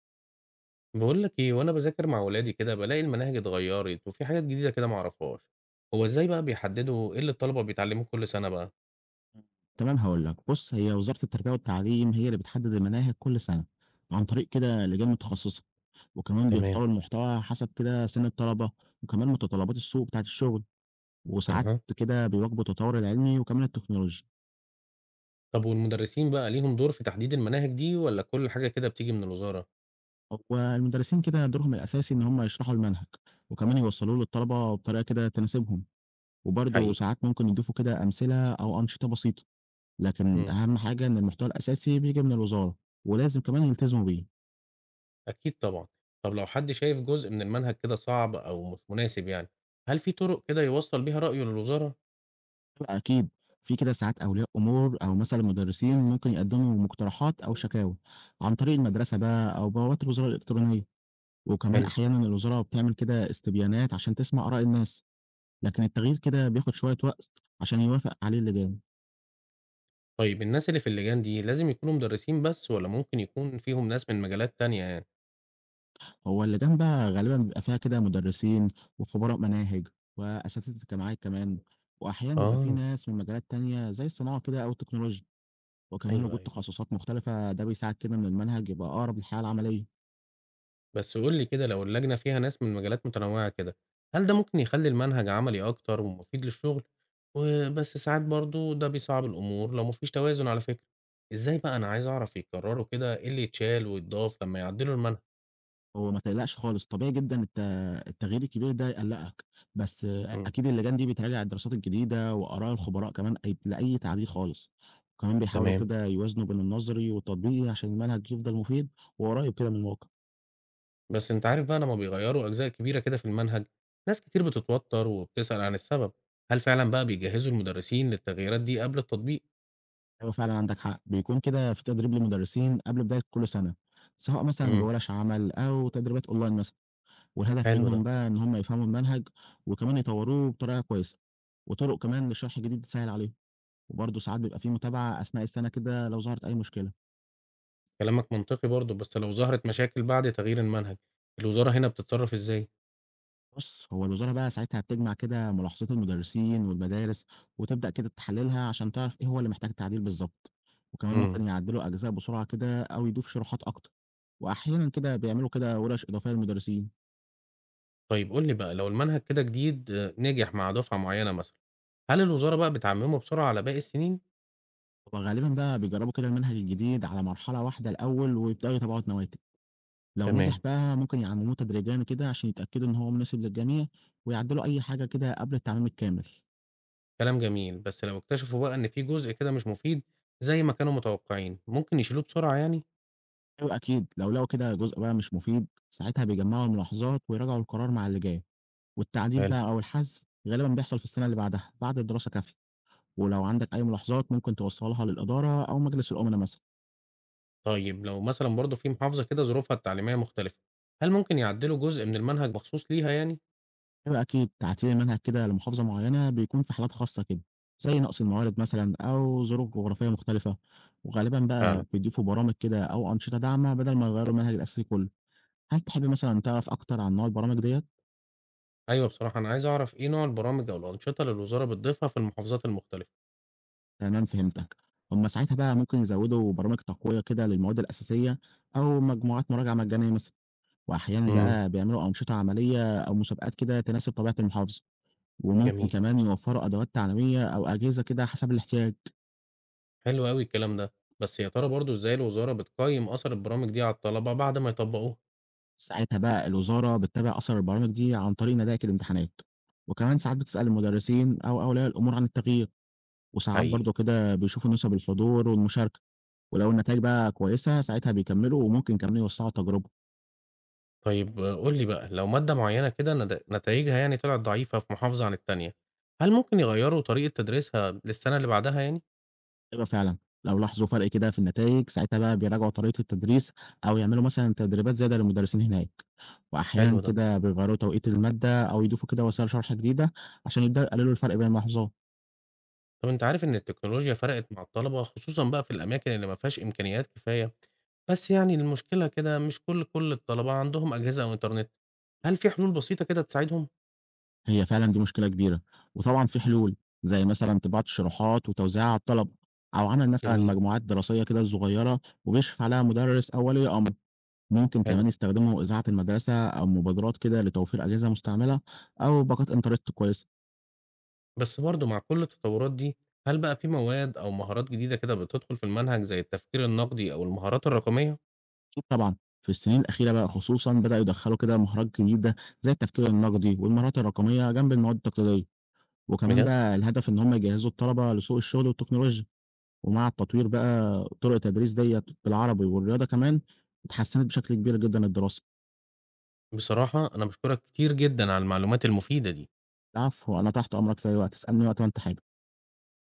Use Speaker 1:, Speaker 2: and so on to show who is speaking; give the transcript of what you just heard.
Speaker 1: بقول لك ايه وانا بذاكر مع ولادي كده بلاقي المناهج اتغيرت وفي حاجات جديده كده ما اعرفهاش. هو ازاي بقى بيحددوا ايه اللي الطلبه بيتعلموه كل سنه بقى؟
Speaker 2: تمام هاقول لك، بُص هي وزارة التربية والتعليم هي اللي بتحدد المناهج كل سنة، عن طريق كده لجان متخصصة، وكمان
Speaker 1: تمام.
Speaker 2: بيختاروا المحتوى حسب كده سن الطلبة، وكمان متطلبات السوق بتاعة الشغل، وساعات
Speaker 1: اها.
Speaker 2: كده بيواكبوا التطور العلمي وكمان التكنولوجيا.
Speaker 1: طب والمدرسين بقى ليهم دور في تحديد المناهج دي ولا كل حاجه كده بتيجي من الوزاره؟
Speaker 2: هو المدرسين كده دورهم الأساسي إن هم يشرحوا المنهج، وكمان يوصلوه للطلبة بطريقة كده تناسبهم، وبرضه
Speaker 1: حقيقي.
Speaker 2: ساعات ممكن يضيفوا كده أمثلة أو أنشطة بسيطة، لكن
Speaker 1: امم.
Speaker 2: أهم حاجة إن المحتوى الأساسي بييجي من الوزارة، ولازم كمان يلتزموا بيه.
Speaker 1: اكيد طبعا. طب لو حد شايف جزء من المنهج كده صعب او مش مناسب يعني، هل في طرق كده يوصل بيها رايه للوزاره؟
Speaker 2: لأ أكيد، في كده ساعات أولياء أمور أو مثلًا مدرسين ممكن يقدموا مقترحات أو شكاوى عن طريق المدرسة بقى أو بوابات الوزارة الإلكترونية، وكمان
Speaker 1: حلو.
Speaker 2: أحيانًا الوزارة بتعمل كده استبيانات عشان تسمع آراء الناس، لكن التغيير كده بياخد شوية وقت عشان يوافق عليه اللجان،
Speaker 1: طيب الناس اللي في اللجان دي لازم يكونوا مدرسين بس ولا ممكن يكون فيهم ناس من مجالات تانية يعني؟
Speaker 2: هو اللجان بقى غالبًا بيبقى فيها كده مدرسين وخبراء مناهج وأساتذة الجامعات كمان، وأحيانًا بيبقى في
Speaker 1: اه.
Speaker 2: ناس من مجالات تانية زي الصناعة كده أو التكنولوجيا، وكمان
Speaker 1: ايوه
Speaker 2: وجود
Speaker 1: ايوه.
Speaker 2: تخصصات مختلفة ده بيساعد كده إن المنهج يبقى أقرب للحياة العملية.
Speaker 1: بس قُل لي كده لو اللجنة فيها ناس من مجالات متنوعة كده، هل ده ممكن يخلّي المنهج عملي أكتر ومفيد للشغل؟ وبس ساعات برضه ده بيصعّب الأمور لو ما فيش توازن على فكرة، إزاي بقى أنا عايز أعرف يقرروا كده إيه اللي يتشال ويتضاف لمّا يعدّلوا المنهج؟
Speaker 2: هو ما تقلقش خالص، طبيعي جدًا التغيير الكبير ده يقلّقك، بس آه،
Speaker 1: إمم.
Speaker 2: أكيد اللجان دي بتراجع الدراسات الجديدة وآراء الخبراء كمان لأي تعديل خالص، وكمان بيحاولوا
Speaker 1: تمام،
Speaker 2: كده يوازنوا بين النظري والتطبيقي عشان المنهج يفضل مفيد وقريب كده من الواقع.
Speaker 1: بس أنت عارف بقى لمّا بيغيّروا أجزاء كبيرة كده في المنهج، ناس كتير بتتوتر وبتسأل عن السبب، هل فعلًا بقى بيجهّزوا المدرسين للتغييرات دي قبل التطبيق؟
Speaker 2: أيوه فعلًا عندك حق، بيكون كده في تدريب للمدرسين قبل بداية كل سنة، سواء مثلًا
Speaker 1: إمم.
Speaker 2: بورش عمل أو تدريبات أونلاين مثلًا، والهدف
Speaker 1: حلو ده.
Speaker 2: منهم بقى إن هم يفهموا المنهج وكمان يطوروه بطريقة كويسة، وطرق كمان لشرح جديد تسهل عليهم. وبرضه ساعات بيبقى في متابعة أثناء السنة كده لو ظهرت أي مشكلة.
Speaker 1: كلامك منطقي برضه، بس لو ظهرت مشاكل بعد تغيير المنهج، الوزارة هنا بتتصرّف إزاي؟
Speaker 2: بُص، هو الوزارة بقى ساعتها بتجمع كده ملاحظات المدرسين والمدارس، وتبدأ كده تحللها عشان تعرف إيه هو اللي محتاج تعديل بالضبط، وكمان
Speaker 1: إمم.
Speaker 2: ممكن يعدلوا أجزاء بسرعة كده أو يضيفوا شروحات أكتر، وأحيانًا كده بيعملوا ورش إضافية للمدرسين،
Speaker 1: طيب قُل لي بقى لو المنهج كده جديد آه، نجح مع دُفعة معيّنة مثلًا، هل الوزارة بقى بتعمّمه بسرعة على باقي السنين؟
Speaker 2: وغالبًا بقى بيجربوا كده المنهج الجديد على مرحلة واحدة الأول ويبدأوا يتابعوا النواتج، لو نجح
Speaker 1: تمام.
Speaker 2: بقى ممكن يعمموه تدريجيًا كده عشان يتأكدوا إن هو مناسب للجميع، ويعدلوا أي حاجة كده قبل التعميم الكامل.
Speaker 1: كلام جميل، بس لو اكتشفوا بقى إن في جزء كده مش مفيد زي ما كانوا متوقعين، ممكن يشيلوه بسرعة يعني؟
Speaker 2: أيوه أكيد، لو لقوا كده جزء بقى مش مفيد، ساعتها بيجمّعوا الملاحظات ويراجعوا القرار مع اللي جاي، والتعديل
Speaker 1: حلو.
Speaker 2: بقى أو الحذف غالبًا بيحصل في السنة اللي بعدها، بعد دراسة كافية، ولو عندك أي ملاحظات ممكن توصّلها للإدارة أو مجلس الأمنا مثلًا،
Speaker 1: طيب لو مثلًا برضه في محافظة كده ظروفها التعليمية مختلفة، هل ممكن يعدّلوا جزء من المنهج مخصوص ليها يعني؟
Speaker 2: أيوه أكيد تعديل المنهج كده لمحافظة معيّنة بيكون في حالات خاصة كده، زي نقص الموارد مثلًا أو ظروف جغرافية مختلفة، وغالبًا بقى
Speaker 1: فعلًا.
Speaker 2: بيضيفوا برامج كده أو أنشطة داعمة بدل ما يغيّروا المنهج الأساسي كلّه، هل تحب مثلًا تعرف أكتر عن نوع البرامج ديّة؟
Speaker 1: أيوه بصراحة أنا عايز أعرف إيه نوع البرامج أو الأنشطة اللي الوزارة بتضيفها في المحافظات المختلفة.
Speaker 2: تمام فهمتك. هم ساعتها بقى ممكن يزودوا برامج تقوية كده للمواد الأساسية أو مجموعات مراجعة مجانية مثلا، وأحيانا
Speaker 1: إمم.
Speaker 2: بقى بيعملوا أنشطة عملية أو مسابقات كده تناسب طبيعة المحافظة، وممكن
Speaker 1: جميل،
Speaker 2: كمان يوفروا أدوات تعليمية أو أجهزة كده حسب الاحتياج.
Speaker 1: حلو أوي الكلام ده، بس يا ترى برضه إزاي الوزارة بتقيّم أثر البرامج دي على الطلبة بعد ما يطبّقوها؟
Speaker 2: ساعتها بقى الوزارة بتتابع أثر البرامج دي عن طريق نتائج الامتحانات، وكمان ساعات بتسأل المدرسين أو أولياء الأمور عن التغيير، وساعات
Speaker 1: حقيقي.
Speaker 2: برضه كده بيشوفوا نسب الحضور والمشاركة، ولو النتائج بقى كويسة ساعتها بيكملوا وممكن كمان يوسعوا التجربة.
Speaker 1: طيب قُل لي بقى لو مادة معيّنة كده نتايجها يعني طلعت ضعيفة في محافظة عن التانية، هل ممكن يغيّروا طريقة تدريسها للسنة اللي بعدها يعني؟
Speaker 2: أيوه فعلًا، لو لاحظوا فرق كده في النتايج، ساعتها بقى بيراجعوا طريقة التدريس أو يعملوا مثلًا تدريبات زيادة للمدرسين هناك،
Speaker 1: حلو
Speaker 2: وأحيانًا
Speaker 1: ده،
Speaker 2: كده بيغيّروا توقيت المادة أو يضيفوا كده وسائل شرح جديدة عشان يبدأوا يقللوا الفرق بين المحافظات.
Speaker 1: طب أنت عارف إن التكنولوجيا فرقت مع الطلبة خصوصًا بقى في الأماكن اللي ما فيهاش إمكانيات كفاية، بس يعني المشكلة كده مش كل الطلبة عندهم أجهزة أو إنترنت، هل في حلول بسيطة كده تساعدهم؟
Speaker 2: هي فعلًا دي مشكلة كبيرة، وطبعًا في حلول، زي مثلًا طباعة الشروحات وتوزيعها على الطلبة، أو عمل مثلًا
Speaker 1: جميل،
Speaker 2: مجموعات دراسية كده صغيرة وبيشرف عليها مدرس أو ولي أمر. ممكن
Speaker 1: حلو.
Speaker 2: كمان يستخدموا إذاعة المدرسة أو مبادرات كده لتوفير أجهزة مستعملة أو باقات إنترنت كويسة.
Speaker 1: بس برضه مع كل التطورات دي، هل بقى في مواد أو مهارات جديدة كده بتدخل في المنهج زي التفكير النقدي أو المهارات الرقمية؟
Speaker 2: أكيد طبعًا، في السنين الأخيرة بقى خصوصًا بدأوا يدخّلوا كده مهارات جديدة زي التفكير النقدي والمهارات الرقمية جنب المواد التقليدية، وكمان
Speaker 1: بجد؟
Speaker 2: بقى الهدف إن هم يجهّزوا الطلبة لسوق الشغل والتكنولوجيا، ومع التطوير بقى طرق التدريس ديّة بالعربي والرياضة كمان اتحسّنت بشكل كبير جدًا الدراسة.
Speaker 1: بصراحة أنا باشكرك كتير جدًا على المعلومات المفيدة دي.
Speaker 2: العفو، أنا تحت أمرك في أي وقت، اسألني وقت ما أنت حابب.